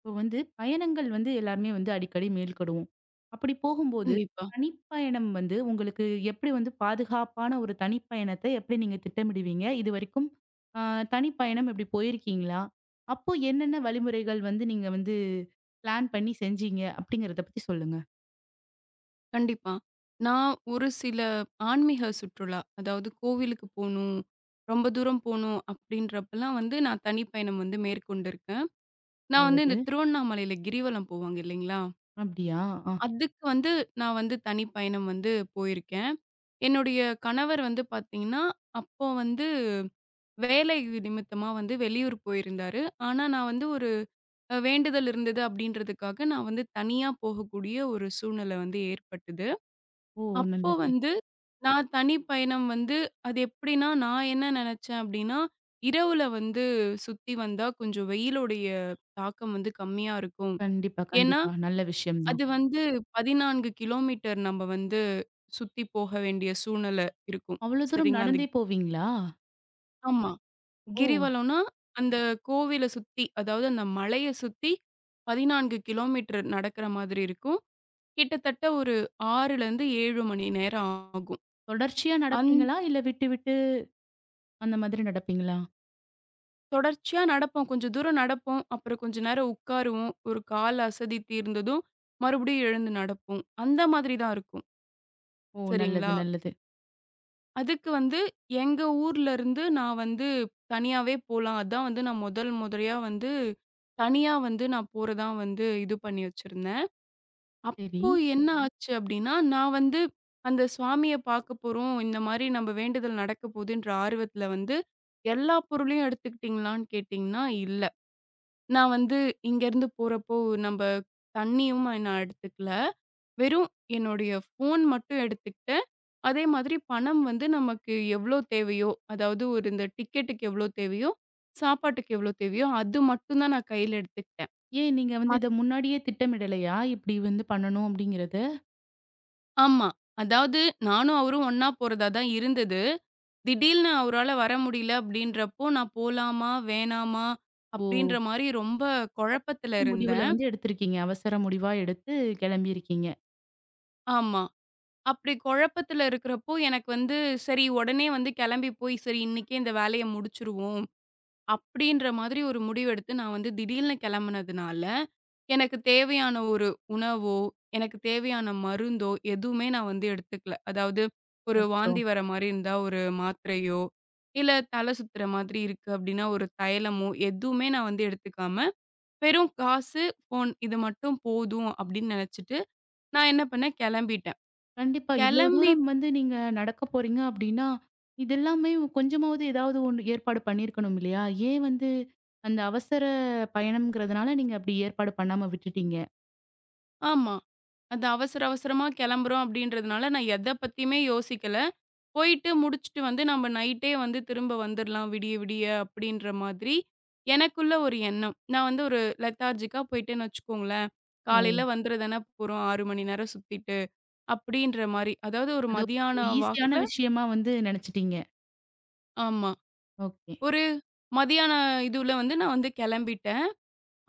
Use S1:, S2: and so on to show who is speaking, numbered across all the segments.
S1: இப்போ வந்து பயணங்கள் வந்து எல்லாருமே வந்து அடிக்கடி மேல்கடுவோம். அப்படி போகும்போது,
S2: கண்டிப்பா,
S1: தனிப்பயணம் வந்து உங்களுக்கு எப்படி வந்து பாதுகாப்பான ஒரு தனிப்பயணத்த எப்படி நீங்க திட்டமிடுவீங்க? இதுவரைக்கும் அ தனிப்பயணம் இப்படி போயிருக்கீங்களா? அப்போ என்னென்ன வழிமுறைகள் வந்து நீங்க வந்து பிளான் பண்ணி செஞ்சீங்க? அப்படிங்கிறத பத்தி சொல்லுங்க.
S2: கண்டிப்பா. நான் ஒரு சில ஆன்மீக சுற்றுலா, அதாவது கோவிலுக்கு போணும், ரொம்ப தூரம் போணும் அப்படின்றப்பலாம் வந்து நான் தனிப்பயணம் வந்து மேற்கொண்டிருக்கேன். நான் வந்து
S1: நல்லது.
S2: இந்த திருவண்ணாமலையில கிரிவலம் போவாங்க இல்லைங்களா?
S1: அப்படியா? அ.
S2: அதுக்கு வந்து நான் வந்து தனிப்பயணம் வந்து போயிருக்கேன். என்னுடைய கணவர் வந்து பார்த்தீங்கன்னா, அப்போ வந்து வேலை நிமித்தமா வந்து வெளியூர் போயிருந்தாரு. ஆனா நான் வந்து ஒரு வேண்டுதல் இருந்தது அப்படின்றதுக்காக நான் வந்து தனியா போகக்கூடிய ஒரு சூழ்நிலை வந்து ஏற்பட்டது.
S1: ஓ!
S2: அப்போ
S1: நல்லது.
S2: வந்து நான் தனி பயணம் வந்து அது எப்படின்னா, நான் என்ன நெனச்சேன் அப்டின்னா, இரவுல வந்து சுத்தி வந்தா கொஞ்சம் வெயிலுடைய தாக்கம் வந்து கம்மியா இருக்கும்.
S1: கண்டிப்பா,
S2: ஏன்னா,
S1: கண்டிப்பா. நல்ல விஷயம் தான்.
S2: அது வந்து 14 கிலோமீட்டர் நம்ம வந்து சுத்தி போக வேண்டிய சூழ்நிலை இருக்கும்.
S1: அவ்வளோ தூரம்
S2: சரிங்களா? அந்த
S1: நடந்தே போவீங்களா?
S2: ஆமா.
S1: ஓ!
S2: கிரிவலம்னா, அந்த கோவில சுத்தி, அதாவது அந்த மலைய சுத்தி 14 கிலோமீட்டர் நடக்கிற மாதிரி இருக்கும். கிட்டத்தட்ட ஒரு 6லேருந்து 7 மணி நேரம் ஆகும்.
S1: தொடர்ச்சியா
S2: அந்த
S1: நடப்பீங்களா? இல்ல விட்டு விட்டு அந்த மாதிரி நடப்பீங்களா?
S2: தொடர்ச்சியா நடப்போம். கொஞ்சம் தூரம் நடப்போம். அப்புறம் கொஞ்ச நேரம் உட்காருவோம். ஒரு கால் அசதி தீர்ந்ததும், மறுபடியும் எழுந்து நடப்போம். அந்த மாதிரி தான் இருக்கும்.
S1: ஓ! நல்லது,
S2: சரிங்களா?
S1: நல்லது.
S2: அதுக்கு வந்து எங்க ஊர்லருந்து நான் வந்து தனியாவே போலாம். அதான் வந்து நான் முதல் முறையா வந்து தனியா வந்து நான் போறதா வந்து இது பண்ணி வச்சிருந்தேன்.
S1: சரி.
S2: அப்போ என்ன ஆச்சு அப்டின்னா, நான் வந்து அந்த சுவாமிய பாக்க போறோம். இந்த மாரி நம்ம வேண்டுதல் நடக்க போதுன்ற ஆர்வத்துல வந்து எல்லா பொருளையும் எடுத்துக்கிட்டீங்களான்னு கேட்டீங்கன்னா, இல்ல. நான் வந்து இங்கேருந்து போறப்போ, நம்ப தண்ணியும் நான் எடுத்துக்கல. வெறும் என்னுடைய ஃபோன் மட்டும் எடுத்துக்கிட்டேன். அதே மாதிரி பணம் வந்து நமக்கு எவ்ளோ தேவையோ, அதாவது ஒரு இந்த டிக்கெட்டுக்கு எவ்ளோ தேவையோ, சாப்பாட்டுக்கு எவ்ளோ தேவையோ, அது மட்டும் தான் நான் கையில எடுத்துக்கிட்டேன்.
S1: ஏன் நீங்க வந்து
S2: மத்
S1: இத முன்னாடியே திட்டமிடலையா? இப்படி வந்து பண்ணணும் அப்படிங்கிறத?
S2: ஆமா. அதாவது நானும் அவரும் ஒண்ணா போறதா தான் இருந்தது. திடீல்னு அவரால வர முடியல அப்டின்றப்போ, நான் போலாமா? வேணாமா?
S1: ஓ!
S2: அப்டின்ற மாரி ரொம்ப குழப்பத்துல
S1: முடிவுல
S2: இருந்தேன்.
S1: வந்து எடுத்திருக்கீங்க. அவசர முடிவா எடுத்து கிளம்பியிருக்கீங்க.
S2: ஆமா. அப்படி குழப்பத்துல இருக்கிறப்போ, எனக்கு வந்து சரி உடனே வந்து கிளம்பி போய், சரி இன்னைக்கே இந்த வேலைய முடிச்சுருவோம். அப்படின்ற மாதிரி ஒரு முடிவெடுத்து நான் வந்து திடீர்னு கிளம்புனதுனால, எனக்கு தேவையான ஒரு உணவோ, எனக்கு தேவையான மருந்தோ எதுவுமே நான் வந்து எடுத்துக்கல. அதாவது ஒரு
S1: அச்சோ!
S2: வாந்தி வர மாரி இருந்தா ஒரு மாத்திரையோ, இல்ல தலை சுத்துற மாதிரி இருக்கு அப்படின்னா ஒரு தைலமோ எதுவுமே நான் வந்து எடுத்துக்காம, வெறும் காசு, ஃபோன் இது மட்டும் போதும் அப்படின்னு நினைச்சுட்டு, நான் என்ன பண்ணேன் கிளம்பிட்டேன்.
S1: கண்டிப்பா. இவ்ளோ
S2: கிளம்பி
S1: தூரம் வந்து நீங்க நடக்க போறீங்க அப்படின்னா, இதெல்லாமே கொஞ்சமாவது ஏதாவது ஒண்ணு ஏற்பாடு பண்ணியிருக்கணும் இல்லையா? ஏன் வந்து அந்த அவசர பயணம்ங்கிறதுனால நீங்க அப்படி ஏற்பாடு பண்ணாம விட்டுட்டீங்க?
S2: ஆமா. அது அவசர அவசரமா கெளம்புறோம் அப்டின்றதுனால, நான் எத பத்தியுமே யோசிக்கல. போயிட்டு முடிச்சுட்டு வந்து நம்ம நைட்டே வந்து திரும்ப வந்துர்லாம் விடிய விடிய அப்டின்ற மாதிரி, எனக்குள்ள ஒரு எண்ணம். நான் வந்து ஒரு லெத்தார்ஜிக்கா போயிட்டேன்னு வச்சுக்கோங்களேன்.
S1: ஓ!
S2: காலையில வந்துர தானே போறோம் 6 மணி நேரம் சுத்திட்டு, அப்டின்ற மாரி. அதாவது ஒரு
S1: அது
S2: மதியான
S1: ஈஸியான
S2: வாக்குல
S1: விஷயமா வந்து நினைச்சுட்டீங்க.
S2: ஆமா.
S1: ஓகே.
S2: ஒரு மதியான இதுல வந்து நான் வந்து கெளம்பிட்டேன்.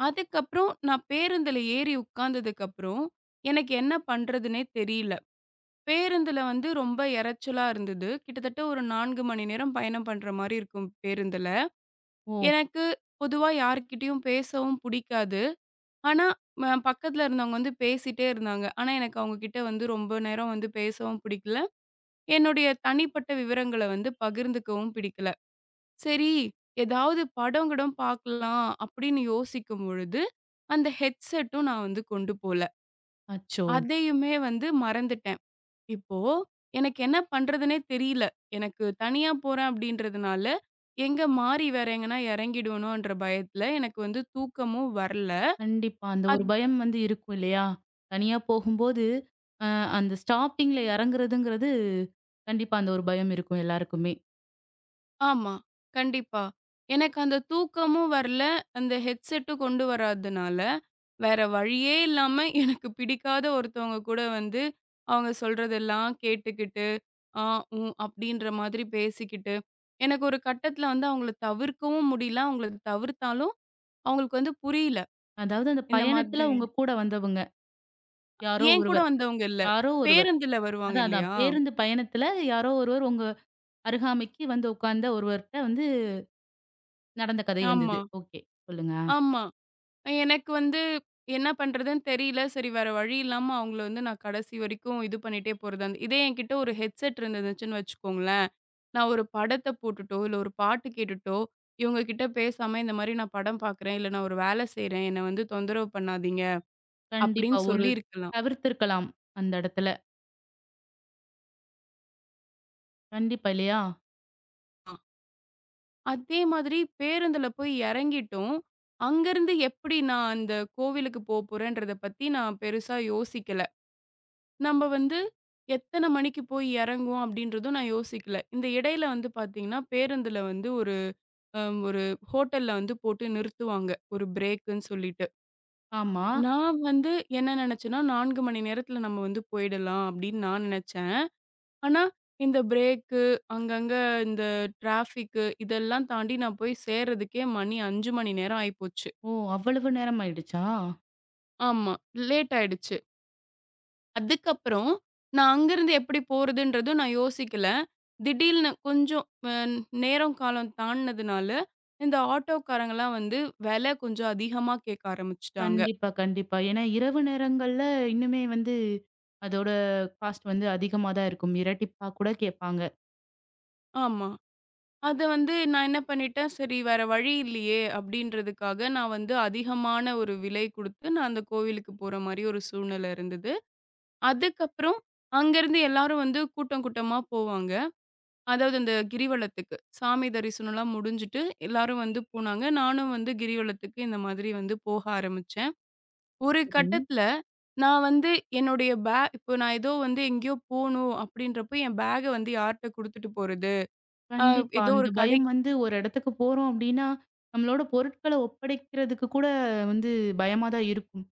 S2: அதுக்கப்புறம் நான் பேருந்துல ஏறி உட்கார்ந்ததுக்கப்புறம், எனக்கு என்ன பண்றதுன்னே தெரியல. பேருந்துல வந்து ரொம்ப இரைச்சலா இருந்தது. கிட்டத்தட்ட ஒரு 4 மணி நேரம் பயணம் பண்ற மாரி இருக்கும் பேருந்துல.
S1: ஓ!
S2: எனக்கு பொதுவா யார்கிட்டயும் பேசவும் புடிக்காது. ஆனா, ம பக்கத்துல இருந்தவங்க வந்து பேசிட்டே இருந்தாங்க. ஆனா, எனக்கு அவங்க கிட்ட வந்து ரொம்ப நேரம் வந்து பேசவும் பிடிக்கல. என்னுடைய தனிப்பட்ட விவரங்கள வந்து பகிர்ந்துக்கவும் பிடிக்கல. சரி, ஏதாவது படம் கிடம் பார்க்கலாம் அப்படின்னு யோசிக்கும் பொழுது, அந்த ஹெட்செட்டும் நான் வந்து கொண்டு போல.
S1: அச்சோ!
S2: அதையுமே வந்து மறந்துட்டேன். இப்போ, எனக்கு என்ன பண்றதுன்னே தெரியல. எனக்கு தனியா போறேன் அப்படின்றதுனால, எங்க மாறி வேற எங்கனா இறங்கிடுவனோன்ற பயத்துல, எனக்கு வந்து தூக்கமும் வரல.
S1: கண்டிப்பா. அந்த ஒரு
S2: அத்
S1: பயம் வந்து இருக்கும் இல்லையா? தனியா போகும்போது, அ அந்த ஸ்டாப்பிங்ல இறங்குறதுங்கிறது, கண்டிப்பா அந்த ஒரு பயம் இருக்கும் எல்லாருக்குமே.
S2: ஆமா. கண்டிப்பா. எனக்கு அந்த தூக்கமும் வரல, அந்த ஹெட்செட்டும் கொண்டு வராதனால, வேற வழியே இல்லாம எனக்கு பிடிக்காத ஒருத்தவங்க கூட வந்து, அவங்க சொல்றதெல்லாம் கேட்டுக்கிட்டு, ஆ, உம் அப்படின்ற மாதிரி பேசிக்கிட்டு, எனக்கு ஒரு கட்டத்துல வந்து அவங்கள தவிர்க்கவும் முடியல. அவங்கள தவிர்த்தாலும் அவங்களுக்கு வந்து புரியல.
S1: அதாவது அந்த
S2: இந்த
S1: பயணத்துல
S2: மாதிரி
S1: உங்க கூட வந்தவங்க, யாரோ
S2: என் கூட
S1: ஒருவர்
S2: வந்தவங்க இல்ல.
S1: யாரோ ஒருவர்.
S2: பேருந்துல வருவாங்க
S1: அதான், அதான்.
S2: இல்லையா?
S1: பேருந்து பயணத்துல யாரோ ஒருவர் உங்க அருகாமைக்கு வந்து உட்கார்ந்த ஒருவர்ட்ட வந்து நடந்த கதை வந்து
S2: ஆமா,
S1: இது. ஓகே. சொல்லுங்க.
S2: ஆமா. எனக்கு வந்து என்ன பண்றதுன்னு தெரியல. சரி வேற வழி இல்லாம அவங்கள வந்து நான் கடைசி வரைக்கும் இது பண்ணிட்டே போறது. அந்த இதே என்கிட்ட ஒரு ஹெட்செட் இருந்துச்சுன்னு வச்சுக்கோங்களேன், நான் ஒரு படத்த போட்டுட்டோ, இல்ல ஒரு பாட்டு கேட்டுட்டோ, இவங்க கிட்ட பேசாம இந்த மாரி நான் படம் பார்க்குறேன், இல்ல நான் ஒரு வேலை செய்றேன், என்ன வந்து தொந்தரவு பண்ணாதீங்க
S1: கண்டிப்பா.
S2: அப்படின்னு
S1: ஒரு
S2: சொல்லியிருக்கலாம்.
S1: தவிர்த்திருக்கலாம் அந்த இடத்துல. கண்டிப்பா இல்லையா?
S2: அதே மாதிரி பேருந்துல போய் இறங்கிட்டோம். அங்கருந்து எப்படி நான் அந்த கோவிலுக்கு போப்போறேன்றத பத்தி நான் பெருசா யோசிக்கல. நம்ம வந்து எத்தன மணிக்கு போய் இறங்குவோம் அப்படின்றதும் நான் யோசிக்கல. இந்த இடையில வந்து பார்த்தீங்கன்னா, பேருந்துல வந்து ஒரு அ ஒரு ஹோட்டல்ல வந்து போட்டு நிறுத்துவாங்க. ஒரு பிரேக்குன்னு சொல்லிட்டு.
S1: ஆமா.
S2: நான் வந்து என்ன நினைச்சேன்னா, 4 மணி நேரத்துல நம்ம வந்து போயிடலாம் அப்படின்னு நான் நினைச்சேன். ஆனா, இந்த பிரேக்கு, அங்கங்க இந்த டிராஃபிக்கு இதெல்லாம் தாண்டி நான் போய் சேர்றதுக்கே மணி 5 மணி நேரம் ஆயிப்போச்சு.
S1: ஓ! அவ்வளவு நேரம் ஆயிடுச்சா?
S2: ஆமா. லேட் ஆயிடுச்சு. அதுக்கப்புறம் நான் அங்கருந்து எப்படி போறதுன்றதும் நான் யோசிக்கல. திடீல்னு கொஞ்சம் அ நேரம், காலம் தாண்டுனதுனால, இந்த ஆட்டோக்காரங்கலாம் வந்து விலை கொஞ்சம் அதிகமா கேட்க ஆரம்பிச்சுட்டாங்க.
S1: கண்டிப்பா, கண்டிப்பா. ஏன்னா இரவு நேரங்கள்ல இன்னுமே வந்து அதோட காஸ்ட் வந்து அதிகமா தான் இருக்கும். இரட்டிப்பா கூட கேட்பாங்க.
S2: ஆமா. அத வந்து நான் என்ன பண்ணிட்டேன், சரி வேற வழி இல்லையே அப்படின்றதுக்காக, நான் வந்து அதிகமான ஒரு விலை குடுத்து, நான் அந்த கோவிலுக்கு போற மாரி ஒரு சூழ்நிலை இருந்தது. அதுக்கப்புறம் அங்கருந்து எல்லாரும் வந்து கூட்டம் கூட்டமா போவாங்க. அதாவது அந்த கிரிவலத்துக்கு. சாமி தரிசனம்லாம் முடிஞ்சுட்டு எல்லாரும் வந்து போனாங்க. நானும் வந்து கிரிவலத்துக்கு இந்த மாதிரி வந்து போக ஆரம்பிச்சேன். ஒரு
S1: சரி.
S2: கட்டத்துல நான் வந்து என்னுடைய இப்போ நான் ஏதோ வந்து எங்கேயோ போணும் அப்படின்றப்போ, என் பேக்க வந்து யார்ட்ட குடுத்துட்டு போறது? அ
S1: கண்டிப்பா.
S2: ஏதோ
S1: அந்த
S2: ஒரு
S1: பயம்
S2: கடைக்கு
S1: வந்து ஒரு இடத்துக்கு போறோம் அப்டின்னா, நம்மளோட பொருட்கள ஒப்படைக்கிறதுக்கு கூட வந்து பயமா தான் இருக்கும்.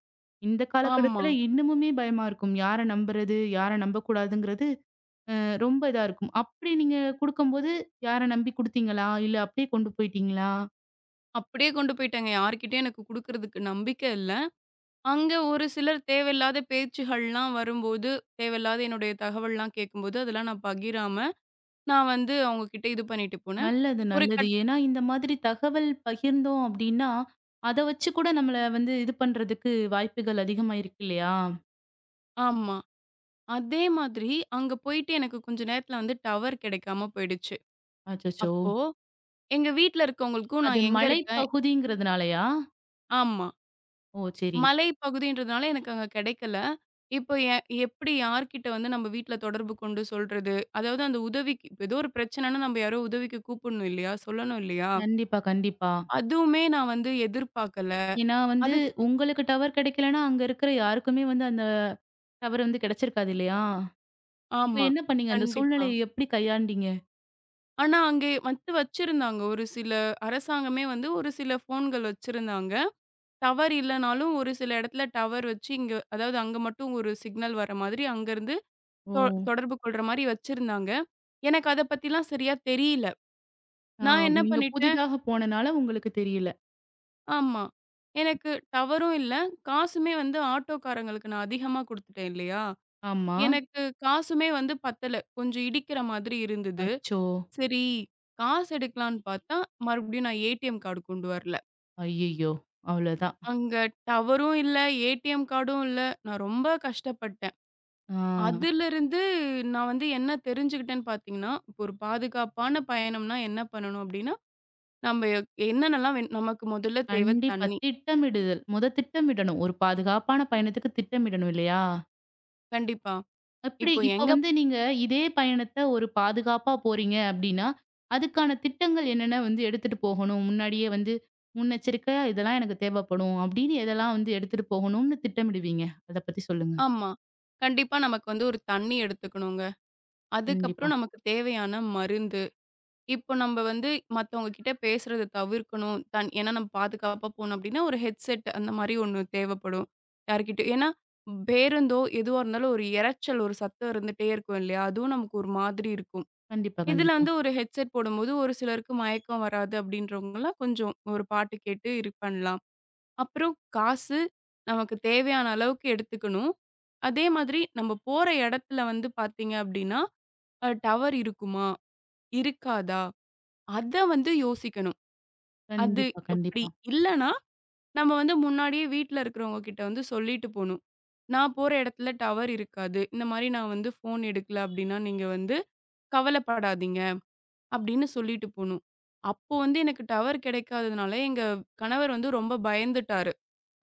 S1: இந்த
S2: ஆமா.
S1: காலகட்டத்துல இன்னமுமே பயமா இருக்கும். யார நம்புறது? யார நம்பக்கூடாதுங்கிறது ரொம்ப இதா இருக்கும். அப்டி நீங்க குடுக்கும்போது யார நம்பி குடுத்தீங்களா? இல்ல அப்டியே கொண்டு போயிட்டீங்களா?
S2: அப்படியே கொண்டு போயிட்டேங்க. யார்கிட்டயும் எனக்கு குடுக்குறதுக்கு நம்பிக்கை இல்ல. அங்க ஒரு சிலர் தேவையில்லாத பேச்சுகள்லாம் வரும்போது, தேவையில்லாத என்னுடைய தகவல்லாம் கேட்கும்போது, அதெல்லாம் நான் பகிராம, நான் வந்து அவங்ககிட்ட இது பண்ணிட்டு போனேன்.
S1: நல்லது,
S2: ஒரு
S1: நல்லது.
S2: கட்
S1: ஏன்னா, இந்த மாதிரி தகவல் பகிர்ந்தோம் அப்டின்னா, அத வச்சு கூட நம்மள வந்து இது பண்றதுக்கு வாய்ப்புகள் அதிகமா இருக்கு இல்லையா?
S2: ஆமா. அதே மாதிரி அங்க போயிட்டு எனக்கு கொஞ்ச நேரத்துல வந்து டவர் கிடைக்காம போயிடுச்சு.
S1: அச்சச்சோ!
S2: அப்போ எங்க வீட்ல இருக்கவங்களுக்கும்
S1: அது
S2: நான் எங்க இருக்கேன்
S1: மலைப்பகுதிங்கிறதுனாலயா?
S2: ஆமா.
S1: ஓ! சரி.
S2: மலை பகுதின்றதுனால எனக்கு அங்க கிடைக்கல. இப்போ எப்படி யார்கிட்ட வந்து நம்ம வீட்ல தொடர்பு கொண்டு சொல்றது? அதாவது அந்த உதவிக்கு இப்ப ஏதோ ஒரு பிரச்சனைன்னா நம்ம யாரோ உதவிக்கு கூப்பிடணும் இல்லையா? சொல்லணும் இல்லையா?
S1: கண்டிப்பா, கண்டிப்பா.
S2: அதுவுமே நான் வந்து எதிர்பார்க்கல.
S1: ஏன்னா வந்து
S2: அது
S1: உங்களுக்கு டவர் கிடைக்கலன்னா, அங்க இருக்கிற யாருக்குமே வந்து அந்த டவர் வந்து கிடைச்சிருக்காது இல்லையா? இப்ப
S2: ஆமா.
S1: என்ன பண்ணீங்க? அந்த
S2: கண்டிப்பா.
S1: சூழ்நிலைய எப்படி கையாண்டீங்க?
S2: ஆனா அங்கே வந்து வச்சிருந்தாங்க. ஒரு சில அரசாங்கமே வந்து ஒரு சில ஃபோன்கள் வச்சிருந்தாங்க. டவர் இல்லனாலும் ஒரு சில இடத்துல டவர் வச்சு இங்க அதாவது அங்க மட்டும் ஒரு சிக்னல் வர மாதிரி அங்கருந்து
S1: ஓ!
S2: தொ தொடர்பு கொள்ற மாரி வச்சிருந்தாங்க. எனக்கு அத பத்திலாம் சரியா தெரியல.
S1: ஆ
S2: நான் என்ன
S1: நீங்க
S2: பண்ணிட்டேன்
S1: புதிதாக போனனால உங்களுக்கு தெரியல.
S2: ஆமா. எனக்கு டவரும் இல்ல. காசுமே வந்து ஆட்டோக்காரங்களுக்கு நான் அதிகமா குடுத்துட்டேன் இல்லையா?
S1: ஆமா.
S2: எனக்கு காசுமே வந்து பத்தல. கொஞ்சம் இடிக்கிற மாதிரி இருந்தது.
S1: அச்சோ!
S2: சரி, காசு எடுக்கலான்னு பார்த்தா, மறுபடியும் நான் ஏடிஎம் கார்டு கொண்டு வரல.
S1: ஐயய்யோ! அவ்வளோதான்.
S2: அங்க டவரும் இல்ல, ஏடிஎம் கார்டும் இல்ல. நான் ரொம்ப கஷ்டப்பட்டேன்.
S1: ஆ.
S2: அதிலிருந்து நான் வந்து என்ன தெரிஞ்சுக்கிட்டேன்னு பார்த்தீங்கன்னா, இப்போ ஒரு பாதுகாப்பான பயணம்னா என்ன பண்ணணும் அப்டின்னா, நம்ம எ- நமக்கு முதல்ல தேவை
S1: கண்டிப்பா.
S2: தண்ணி.
S1: திட்டமிடுதல். மொத திட்டமிடணும். ஒரு பாதுகாப்பான பயணத்துக்கு திட்டமிடணும் இல்லையா?
S2: கண்டிப்பா.
S1: அப்படி
S2: இப்போ
S1: இப்ப
S2: எங்க
S1: வந்து நீங்க இதே பயணத்த ஒரு பாதுகாப்பா போறீங்க அப்படின்னா, அதுக்கான திட்டங்கள் என்னென்ன வந்து எடுத்துட்டு போகணும்? முன்னாடியே வந்து முன்னெச்சரிக்கையா இதெல்லாம் எனக்கு தேவைப்படும் அப்படின்னு எதெல்லாம் வந்து எடுத்துட்டு போகணும்னு திட்டமிடுவீங்க? அத பத்தி சொல்லுங்க.
S2: ஆமா. கண்டிப்பா நமக்கு வந்து ஒரு தண்ணி எடுத்துக்கணுங்க.
S1: கண்டிப்பா.
S2: அதுக்கப்புறம் நமக்கு தேவையான மருந்து. இப்போ நம்ம வந்து மத்தவங்க கிட்ட பேசுறத தவிர்க்கணும். தன் ஏன்னா நம்ம பாதுகாப்பா போணும் அப்டின்னா, ஒரு ஹெட்செட் அந்த மாரி ஒண்ணு தேவைப்படும். யார்கிட்டயும் ஏன்னா பேருந்தோ எதுவா இருந்தாலும் ஒரு இரைச்சல், ஒரு சத்தம் இருந்துட்டே இருக்கும் இல்லையா? அதுவும் நமக்கு ஒரு மாதிரி இருக்கும்.
S1: கண்டிப்பா,
S2: இதுல
S1: கண்டிப்பா.
S2: வந்து ஒரு ஹெட்செட் போடும்போது, ஒரு சிலருக்கு மயக்கம் வராது அப்டின்றவங்கலாம் கொஞ்சம் ஒரு பாட்டு கேட்டு இது பண்ணலாம். அப்புறம் காசு நமக்கு தேவையான அளவுக்கு எடுத்துக்கணும். அதே மாதிரி நம்ம போற இடத்துல வந்து பார்த்தீங்க அப்டின்னா, டவர் இருக்குமா? இருக்காதா? அத வந்து யோசிக்கணும். அது
S1: கண்டிப்பா,
S2: அப்டி
S1: கண்டிப்பா.
S2: இல்லன்னா, நம்ம வந்து முன்னாடியே வீட்ல இருக்கிறவங்க கிட்ட வந்து சொல்லிட்டு போணும். நான் போற இடத்துல டவர் இருக்காது. இந்த மாரி நான் வந்து ஃபோன் எடுக்கல அப்டின்னா, நீங்க வந்து கவலப்படாதீங்க அப்டின்னு சொல்லிட்டு போணும். அப்போ வந்து எனக்கு டவர் கிடைக்காததுனால எங்க கணவர் வந்து ரொம்ப பயந்துட்டாரு.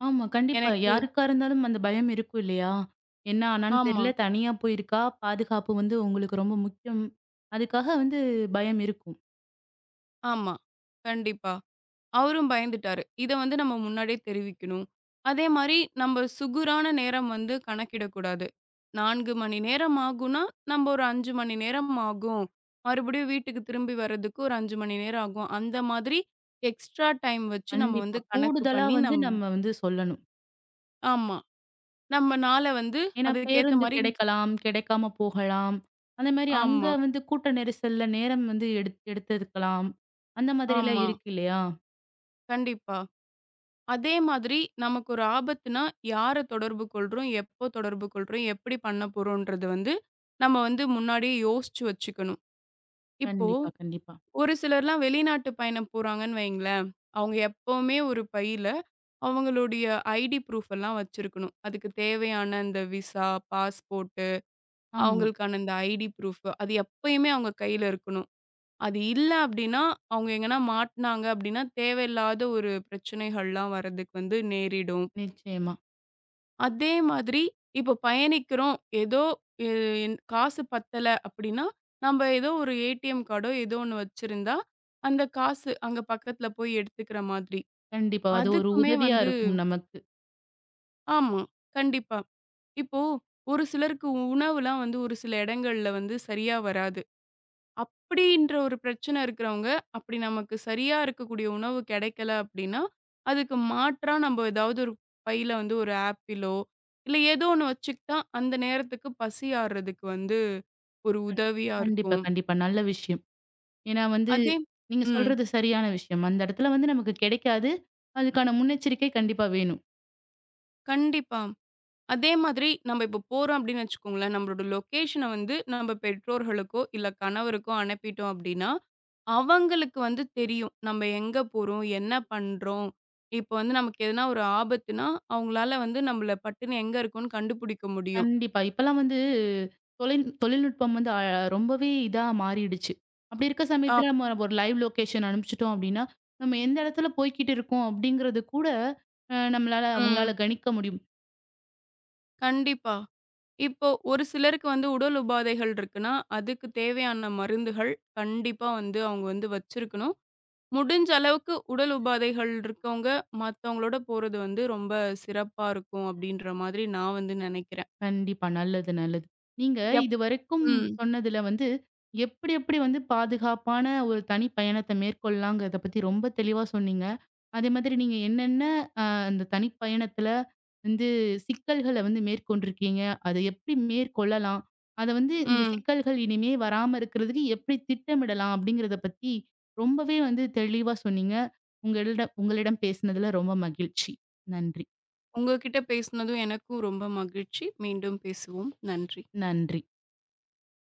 S1: ஆமா. கண்டிப்பா.
S2: எனக்கு
S1: யாருக்கா இருந்தாலும் அந்த பயம் இருக்கும் இல்லையா? என்ன ஆனான்னு
S2: ஆமா.
S1: தெரியல. தனியா போயிருக்கா. பாதுகாப்பு வந்து உங்களுக்கு ரொம்ப முக்கியம். அதுக்காக வந்து பயம் இருக்கும்.
S2: ஆமா. கண்டிப்பா. அவரும் பயந்துட்டாரு. இத வந்து நம்ம முன்னாடியே தெரிவிக்கணும். அதே மாரி நம்ம சுகுரான நேரம் வந்து கணக்கிடக்கூடாது. 4 மணி நேரம் ஆகும்னா, நம்ம ஒரு 5 மணி நேரம் ஆகும். மறுபடியும் வீட்டுக்கு திரும்பி வர்றதுக்கு ஒரு 5 மணி நேரம் ஆகும். அந்த மாதிரி எக்ஸ்ட்ரா டைம் வச்சு நம்ம
S1: கண்டிப்பா.
S2: வந்து கணக்கு
S1: கூடுதலா
S2: பண்ணி
S1: வந்து நம்ம வந்து சொல்லணும்.
S2: ஆமா. நம்ம நாள வந்து
S1: ஏன்னா
S2: அதுக்கேத்த
S1: பேருந்து
S2: மாரி
S1: கிடைக்கலாம், கிடைக்காம போகலாம். அந்த மாரி அங்க
S2: ஆமா,
S1: வந்து கூட்ட நெரிசல்ல நேரம் வந்து எடுத்துக்கலாம். அந்த மாதிரிலாம்
S2: ஆமா.
S1: இருக்கு இல்லையா?
S2: கண்டிப்பா. அதே மாதிரி நமக்கு ஒரு ஆபத்துனா, யார தொடர்பு கொள்றோம்? எப்போ தொடர்பு கொள்றோம்? எப்படி பண்ண போறோன்றது வந்து, நம்ம வந்து முன்னாடியே யோசிச்சு வச்சுக்கணும். இப்போ
S1: கண்டிப்பா, கண்டிப்பா.
S2: ஒரு சிலர்லாம் வெளிநாட்டு பயணம் போறாங்கன்னு வைங்களேன், அவங்க எப்பவுமே ஒரு பையில அவங்களுடைய ஐடி ப்ரூஃப் எல்லாம் வச்சிருக்கணும். அதுக்கு தேவையான இந்த விசா, பாஸ்போர்ட்டு,
S1: ஆமா.
S2: அவங்களுக்கான இந்த ஐடி ப்ரூஃப் அது எப்பயுமே அவங்க கையில இருக்கணும். அது இல்ல அப்படின்னா, அவங்க எங்கனா மாட்டுனாங்க அப்படின்னா, தேவையில்லாத ஒரு பிரச்சனைகள்லாம் வர்றதுக்கு வந்து நேரிடும்.
S1: நிச்சயமா.
S2: அதே மாதிரி இப்போ பயணிக்கிறோம். ஏதோ எ என் காசு பத்தல அப்படின்னா, நம்ப ஏதோ ஒரு ஏடிஎம் கார்டோ ஏதோ ஒண்ணு வச்சிருந்தா, அந்த காசு அங்க பக்கத்துல போய் எடுத்துக்கிற மாதிரி.
S1: கண்டிப்பா. அது ஒரு
S2: அதுக்குமே
S1: உதவியா
S2: வந்து
S1: இருக்கும் நமக்கு.
S2: ஆமா. கண்டிப்பா. இப்போ ஒரு சிலருக்கு உணவுலாம் வந்து ஒரு சில இடங்கள்ல வந்து சரியா வராது. அப்படின்ற ஒரு பிரச்சனை இருக்கிறவங்க, அப்படி நமக்கு சரியா இருக்கக்கூடிய உணவு கிடைக்கல அப்படின்னா, அதுக்கு மாற்றா நம்ம ஏதாவது ஒரு பையில வந்து ஒரு ஆப்பிளோ, இல்ல ஏதோ ஒண்ணு வச்சுக்கிட்டா, அந்த நேரத்துக்கு பசி ஆறுறதுக்கு வந்து ஒரு உதவியா
S1: கண்டிப்பா,
S2: இருக்கும்.
S1: கண்டிப்பா. நல்ல விஷயம். ஏன்னா வந்து,
S2: அதே
S1: நீங்க
S2: ம்.
S1: சொல்றது சரியான விஷயம். அந்த இடத்துல வந்து நமக்கு கிடைக்காது. அதுக்கான முன்னெச்சரிக்கை கண்டிப்பா வேணும்.
S2: கண்டிப்பா. அதே மாதிரி நம்ம இப்போ போறோம் அப்படின்னு வச்சுக்கோங்களேன், நம்மளோட லொக்கேஷன வந்து நம்ம பெற்றோர்களுக்கோ, இல்ல கணவருக்கோ அனுப்பிட்டோம் அப்படின்னா, அவங்களுக்கு வந்து தெரியும். நம்ம எங்க போறோம்? என்ன பண்றோம்? இப்போ வந்து நமக்கு எதுனா ஒரு ஆபத்துனா, அவங்களால வந்து நம்மள பட்டுன்னு எங்க இருக்கோம்ன்னு கண்டுபிடிக்க முடியும்.
S1: கண்டிப்பா. இப்பலாம் வந்து தொழில்நுட்பம் வந்து ரொம்பவே இதா மாறிடுச்சு. அப்படி இருக்க
S2: ஆ,
S1: சமயத்துல நம்ம ஒரு லைவ் லொகேஷன் அனுப்பிச்சுட்டோம் அப்படின்னா, நம்ம எந்த இடத்துல போய்க்கிட்டு இருக்கோம் அப்படிங்கிறது கூட நம்மளால அவங்களால
S2: ம்.
S1: கணிக்க முடியும்.
S2: கண்டிப்பா. இப்போ ஒரு சிலருக்கு வந்து உடல் உபாதைகள் இருக்குன்னா, அதுக்கு தேவையான மருந்துகள் கண்டிப்பா வந்து அவங்க வந்து வச்சிருக்கணும். முடிஞ்ச அளவுக்கு உடல் உபாதைகள் இருக்கவங்க, மத்தவங்களோட போறது வந்து ரொம்ப சிறப்பா இருக்கும் அப்படின்ற மாதிரி நான் வந்து நினைக்கிறேன்.
S1: கண்டிப்பா. நல்லது, நல்லது. நீங்க
S2: எப்
S1: இதுவரைக்கும்
S2: ம்,
S1: சொன்னதுல வந்து, எப்படி எப்படி வந்து பாதுகாப்பான ஒரு தனி பயணத்த மேற்கொள்ளலாங்கிறத பத்தி ரொம்ப தெளிவா சொன்னீங்க. அதே மாதிரி நீங்க என்னென்ன அ அந்த தனிப்பயணத்துல வந்து சிக்கல்கள வந்து மேற்கொண்டிருக்கீங்க. அத எப்படி மேற்கொள்ளலாம்? அத வந்து இந்த
S2: ம்.
S1: சிக்கல்கள் இனிமே வராம இருக்கிறதுக்கு எப்படி திட்டமிடலாம்? அப்படிங்கிறத பத்தி ரொம்பவே வந்து தெளிவா சொன்னீங்க. உங்களிடம் உங்களிடம் பேசினதுல ரொம்ப மகிழ்ச்சி. நன்றி.
S2: உங்ககிட்ட பேசினதும் எனக்கும் ரொம்ப மகிழ்ச்சி. மீண்டும் பேசுவோம். நன்றி.
S1: நன்றி.